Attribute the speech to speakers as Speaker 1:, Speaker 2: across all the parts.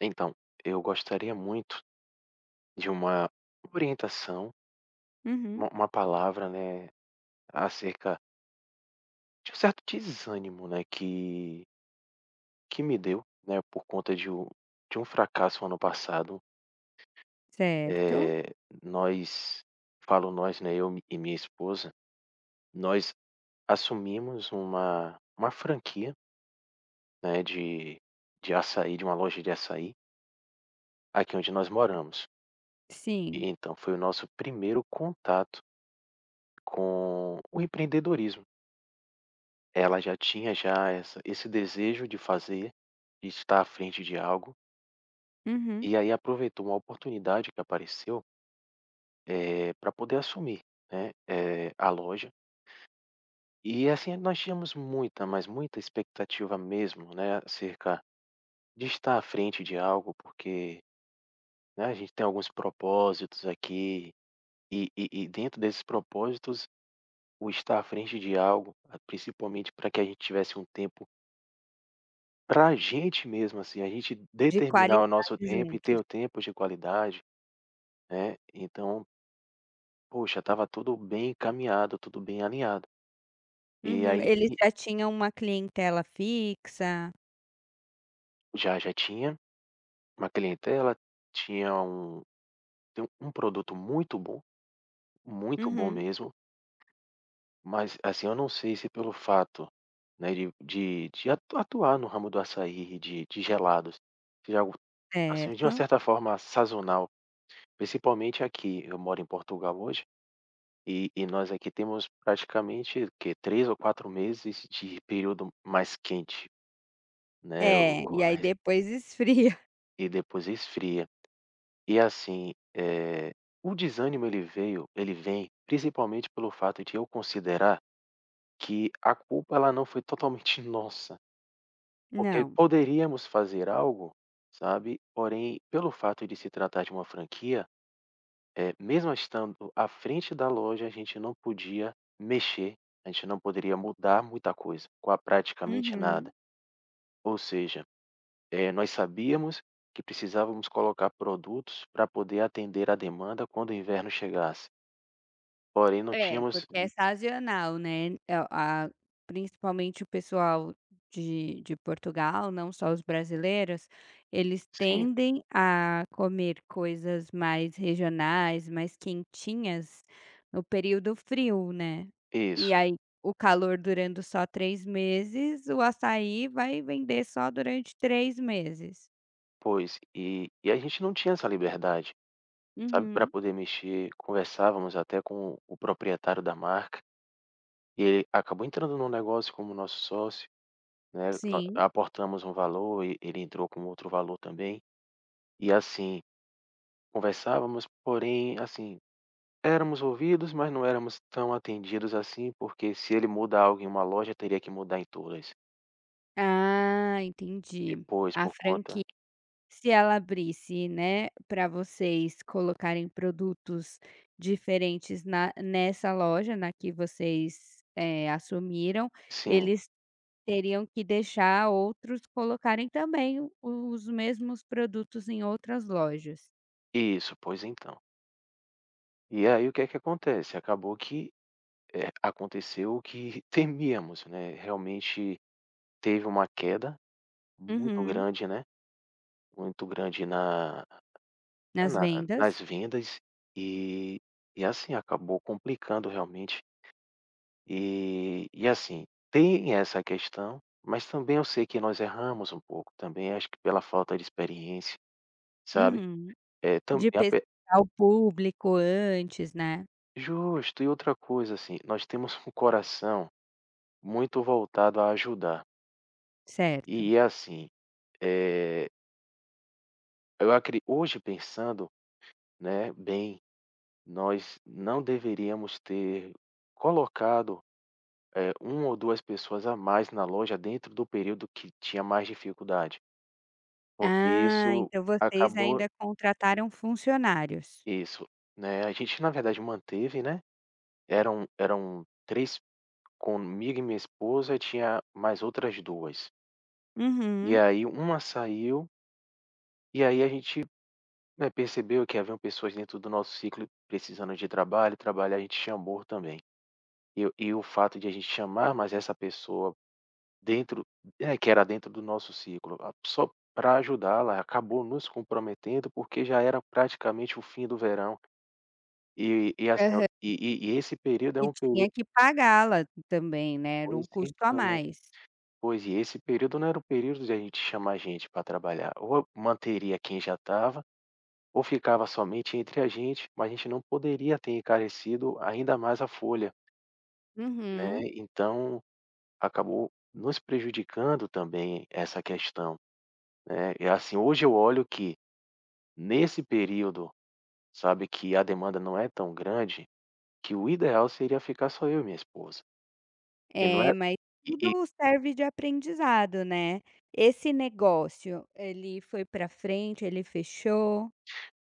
Speaker 1: Então, eu gostaria muito de uma orientação,
Speaker 2: Uhum.
Speaker 1: uma palavra, né, acerca de um certo desânimo, né, que me deu, né, por conta de um fracasso ano passado.
Speaker 2: Certo.
Speaker 1: Eh, Nós, falo nós, né, eu e minha esposa, nós assumimos uma franquia, né, de açaí, de uma loja de açaí, aqui onde nós moramos.
Speaker 2: Sim.
Speaker 1: E então foi o nosso primeiro contato com o empreendedorismo. Ela já tinha já essa esse desejo de fazer, de estar à frente de algo,
Speaker 2: Uhum.
Speaker 1: e aí aproveitou uma oportunidade que apareceu, para poder assumir, né, a loja. E assim, nós tínhamos muita, mas muita expectativa mesmo, né, acerca de estar à frente de algo, porque, né, a gente tem alguns propósitos aqui, e dentro desses propósitos, o estar à frente de algo, ah, principalmente para que a gente tivesse um tempo pra gente mesmo, assim, a gente
Speaker 2: De
Speaker 1: determinar o nosso
Speaker 2: qualidade
Speaker 1: tempo e ter
Speaker 2: juntos.
Speaker 1: o tempo de qualidade, né. Então, poxa, estava tudo bem encaminhado, tudo bem alinhado. E
Speaker 2: Uhum.
Speaker 1: aí
Speaker 2: Eles
Speaker 1: e
Speaker 2: já tinham uma clientela fixa.
Speaker 1: já tinha uma clientela, tinha um, tem um produto muito bom
Speaker 2: Uhum.
Speaker 1: mesmo, mas, assim, eu não sei se pelo fato, né, de atu atuar no ramo do açaí, de gelados, de algo, assim, de uma
Speaker 2: Certo.
Speaker 1: certa forma sazonal, principalmente aqui, eu moro em Portugal hoje. E nós aqui temos praticamente que 3 ou 4 meses de período mais quente, né, o
Speaker 2: É, e
Speaker 1: o
Speaker 2: aí
Speaker 1: mais,
Speaker 2: depois esfria.
Speaker 1: e depois esfria. E assim, o desânimo ele veio, ele vem principalmente pelo fato de eu considerar que a culpa ela não foi totalmente nossa, porque
Speaker 2: Não.
Speaker 1: poderíamos fazer algo, sabe, porém pelo fato de se tratar de uma franquia. Mesmo estando à frente da loja, a gente não podia mexer, a gente não poderia mudar muita coisa, qua praticamente nada.
Speaker 2: Uhum.
Speaker 1: Ou seja, nós sabíamos que precisávamos colocar produtos para poder atender a demanda quando o inverno chegasse, porém não
Speaker 2: É,
Speaker 1: tínhamos
Speaker 2: porque é sazonal, né, é a principalmente o pessoal de Portugal, não só os brasileiros, eles
Speaker 1: sim,
Speaker 2: tendem a comer coisas mais regionais, mais quentinhas no período frio, né. E
Speaker 1: isso,
Speaker 2: aí, o calor durando só 3 meses, o açaí vai vender só durante 3 meses.
Speaker 1: pois, e a gente não tinha essa liberdade, sabe, para
Speaker 2: Uhum,
Speaker 1: poder mexer. Conversávamos até com o proprietário da marca, e ele acabou entrando no negócio como nosso sócio. Né, nó
Speaker 2: sim.
Speaker 1: aportamos um valor e ele entrou com outro valor também, e assim, conversávamos, porém, assim, éramos ouvidos, mas não éramos tão atendidos assim, porque se ele muda algo em uma loja, teria que mudar em todas.
Speaker 2: Ah,
Speaker 1: E
Speaker 2: entendi.
Speaker 1: pois
Speaker 2: A
Speaker 1: por conta
Speaker 2: franquia Se ela abrisse, né, para vocês colocarem produtos diferentes na nessa loja, na que vocês, assumiram,
Speaker 1: sim,
Speaker 2: eles teriam que deixar outros colocarem também o os mesmos produtos em outras lojas.
Speaker 1: isso, pois então. E aí o que é que acontece? Acabou que, aconteceu o que temíamos, né, realmente teve uma queda muito
Speaker 2: Uhum.
Speaker 1: grande, né, muito grande na, é
Speaker 2: Nas
Speaker 1: na, nas
Speaker 2: vendas.
Speaker 1: vendas, e e assim, acabou complicando realmente. E assim, tem essa questão, mas também eu sei que nós erramos um pouco também, acho que pela falta de experiência, sabe.
Speaker 2: Uhum.
Speaker 1: É também
Speaker 2: De
Speaker 1: a pe
Speaker 2: pesquisar o público antes, né.
Speaker 1: justo. E outra coisa, assim, nós temos um coração muito voltado a ajudar.
Speaker 2: Certo.
Speaker 1: E é assim, eh, eu acre hoje pensando, né, bem, nós não deveríamos ter colocado uma ou 2 pessoas a mais na loja dentro do período que tinha mais dificuldade, porque
Speaker 2: Ah,
Speaker 1: isso
Speaker 2: então vocês
Speaker 1: acabou
Speaker 2: ainda contrataram funcionários.
Speaker 1: isso, né, a gente, na verdade, manteve, né, eram, eram três, comigo e minha esposa tinha mais outras duas. E
Speaker 2: Uhum.
Speaker 1: aí uma saiu, e aí a gente, né, percebeu que haviam pessoas dentro do nosso ciclo precisando de trabalho, trabalhar, a gente chamou também. E o fato de a gente chamar mais essa pessoa dentro, é, que era dentro do nosso ciclo, a só para ajudá-la, acabou nos comprometendo, porque já era praticamente o fim do verão, e assim, ó, e esse período é
Speaker 2: E
Speaker 1: um período
Speaker 2: tinha que pagá-la também, né, era um
Speaker 1: pois
Speaker 2: custo a
Speaker 1: então,
Speaker 2: mais.
Speaker 1: pois e esse período não era o período de a gente chamar gente para trabalhar, ou manteria quem já estava, ou ficava somente entre a gente, mas a gente não poderia ter encarecido ainda mais a folha, né,
Speaker 2: Uhum.
Speaker 1: então acabou nos prejudicando também essa questão, né, e assim, hoje eu olho que nesse período, sabe, que a demanda não é tão grande, que o ideal seria ficar só eu e minha esposa, e não é
Speaker 2: É, mas
Speaker 1: e
Speaker 2: tudo serve de aprendizado, né. Esse negócio, ele foi pra frente, ele fechou?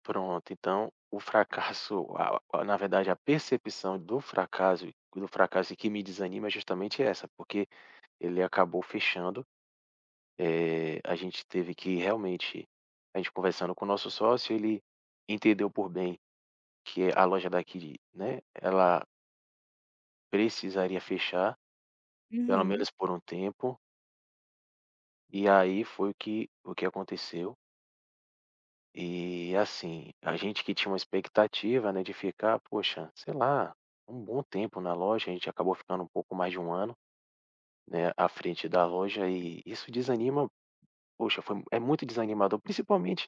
Speaker 1: pronto, então o fracasso, a na verdade a percepção do fracasso, que me desanima é justamente essa, porque ele acabou fechando, a gente teve que realmente, a gente conversando com o nosso sócio, ele entendeu por bem que a loja daqui, né, ela precisaria fechar, pelo
Speaker 2: Uhum.
Speaker 1: menos por um tempo. E aí foi o que aconteceu. E, assim, a gente que tinha uma expectativa, né, de ficar, poxa, sei lá, um bom tempo na loja, a gente acabou ficando um pouco mais de um ano, né, à frente da loja, e isso desanima, poxa, foi, é muito desanimador, principalmente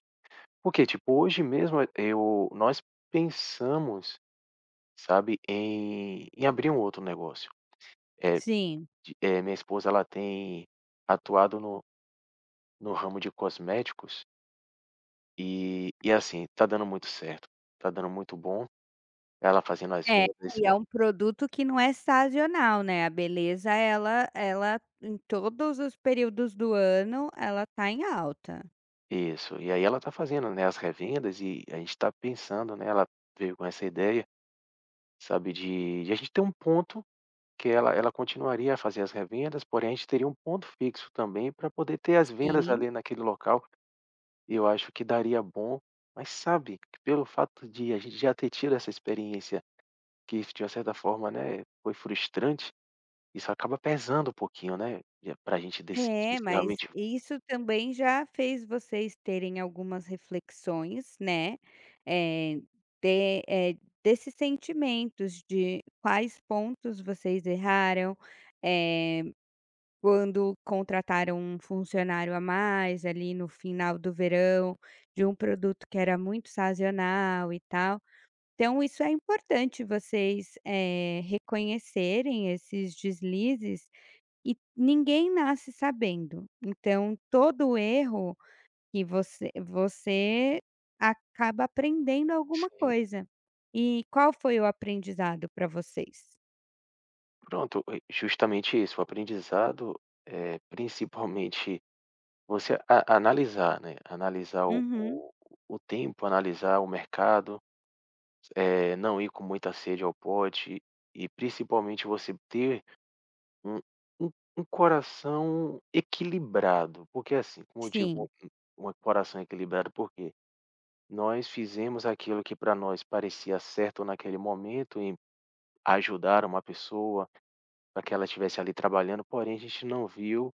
Speaker 1: porque, tipo, hoje mesmo eu, nós pensamos, sabe, em abrir um outro negócio. É
Speaker 2: Sim.
Speaker 1: de minha esposa, ela tem atuado no no ramo de cosméticos. E assim, tá dando muito certo, tá dando muito bom, ela fazendo as
Speaker 2: É,
Speaker 1: vendas
Speaker 2: e é um produto que não é sazonal, né, a beleza ela em todos os períodos do ano, ela tá em alta.
Speaker 1: isso, e aí ela tá fazendo, né, as revendas, e a gente tá pensando, né, ela veio com essa ideia, sabe, de a gente ter um ponto que ela continuaria a fazer as revendas, porém a gente teria um ponto fixo também para poder ter as vendas
Speaker 2: Sim.
Speaker 1: ali naquele local, e eu acho que daria bom, mas sabe, que pelo fato de a gente já ter tido essa experiência que de uma certa forma, né, foi frustrante, isso acaba pesando um pouquinho, né, para a gente decidir
Speaker 2: É,
Speaker 1: se
Speaker 2: mas
Speaker 1: realmente
Speaker 2: isso também já fez vocês terem algumas reflexões, né, É, de eh, desses sentimentos de quais pontos vocês erraram, eh, quando contrataram um funcionário a mais ali no final do verão, de um produto que era muito sazonal e tal. Então isso é importante vocês, reconhecerem esses deslizes e ninguém nasce sabendo, então todo erro que você acaba aprendendo alguma
Speaker 1: sim,
Speaker 2: coisa. E qual foi o aprendizado para vocês?
Speaker 1: pronto, e justamente isso, o aprendizado, é principalmente você a analisar, né, analisar o
Speaker 2: Uhum.
Speaker 1: o o tempo, analisar o mercado, não ir com muita sede ao pote, e principalmente você ter um um um coração equilibrado, porque assim, como eu
Speaker 2: Sim,
Speaker 1: digo, um coração equilibrado, por quê? Nós fizemos aquilo que para nós parecia certo naquele momento, ajudar uma pessoa para que ela estivesse ali trabalhando, porém a gente não viu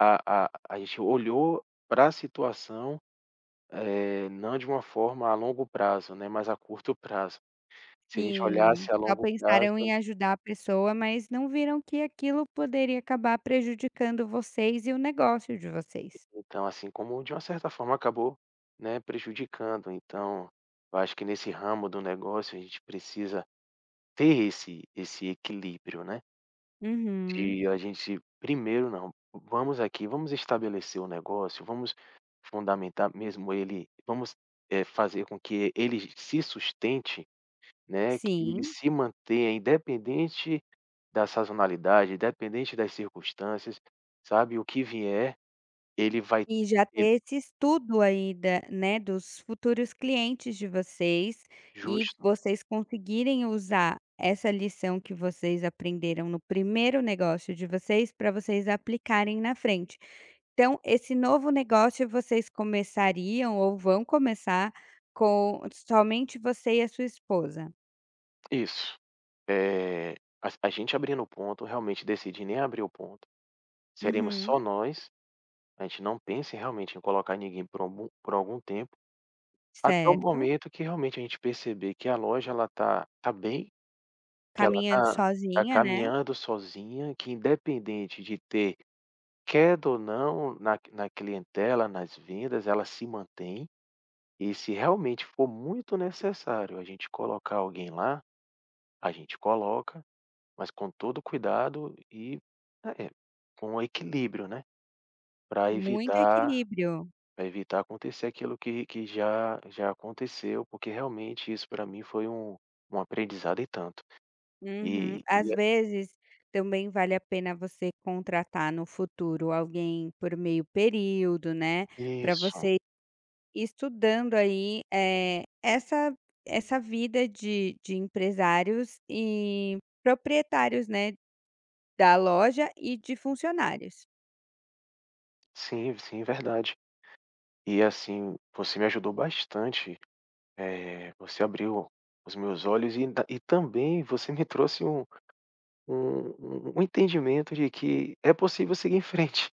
Speaker 1: a gente olhou para a situação, não de uma forma a longo prazo, né, mas a curto prazo. Se a gente
Speaker 2: sim.
Speaker 1: olhasse a
Speaker 2: Só
Speaker 1: longo prazo,
Speaker 2: pensaram em ajudar a pessoa, mas não viram que aquilo poderia acabar prejudicando vocês e o negócio de vocês.
Speaker 1: então, assim, como de uma certa forma acabou, né, prejudicando. Então, eu acho que nesse ramo do negócio a gente precisa ter esse equilíbrio, né.
Speaker 2: Uhum.
Speaker 1: De a gente primeiro não, vamos aqui, vamos estabelecer o negócio, vamos fundamentar mesmo ele, vamos, fazer com que ele se sustente, né, que ele
Speaker 2: Sim.
Speaker 1: se mantenha independente da sazonalidade, independente das circunstâncias, sabe, o que vier, ele vai,
Speaker 2: E já
Speaker 1: ele
Speaker 2: ter esse estudo aí dos futuros clientes de vocês e
Speaker 1: justo,
Speaker 2: vocês conseguirem usar essa lição que vocês aprenderam no primeiro negócio de vocês para vocês aplicarem na frente. Então, esse novo negócio vocês começariam ou vão começar com somente você e a sua esposa?
Speaker 1: isso. Eh, a gente abrindo o ponto, realmente decidir nem abrir o ponto, seremos só
Speaker 2: Uhum,
Speaker 1: nós, a gente não pense realmente em colocar ninguém por algum tempo. Até o
Speaker 2: certo.
Speaker 1: momento que realmente a gente perceber que a loja ela tá bem, que ela
Speaker 2: Caminhando
Speaker 1: tá, tá
Speaker 2: sozinha, né.
Speaker 1: caminhando sozinha, que independente de ter queda ou não na, na clientela, nas vendas, ela se mantém, e se realmente for muito necessário a gente colocar alguém lá, a gente coloca, mas com todo cuidado e é, com equilíbrio, né, pra
Speaker 2: Muito
Speaker 1: evitar,
Speaker 2: equilíbrio.
Speaker 1: para evitar acontecer aquilo que já aconteceu, porque realmente isso para mim foi um um aprendizado e tanto.
Speaker 2: Uhum. Às
Speaker 1: E a
Speaker 2: vezes, também vale a pena você contratar no futuro alguém por meio período, né, para
Speaker 1: isso.
Speaker 2: você ir estudando aí, essa vida de empresários e proprietários, né, da loja e de funcionários.
Speaker 1: Sim, sim, verdade. E assim, você me ajudou bastante, você abriu os meus olhos, e ainda e também você me trouxe um um entendimento de que é possível seguir em frente,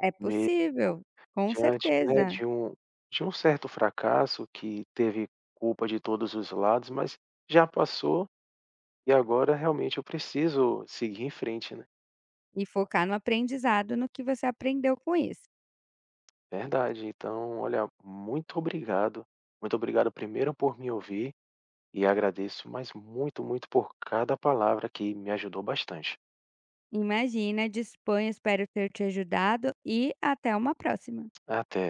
Speaker 2: É
Speaker 1: mesmo
Speaker 2: possível, com
Speaker 1: diante, né,
Speaker 2: certeza,
Speaker 1: de um certo fracasso que teve culpa de todos os lados, mas já passou. E agora realmente eu preciso seguir em frente, né.
Speaker 2: e focar no aprendizado, no que você aprendeu com isso.
Speaker 1: Verdade, então olha, muito obrigado. Muito obrigado primeiro por me ouvir, e agradeço, mas muito, muito por cada palavra que me ajudou bastante.
Speaker 2: Imagina, disponha, espero ter te ajudado e até uma próxima.
Speaker 1: Até.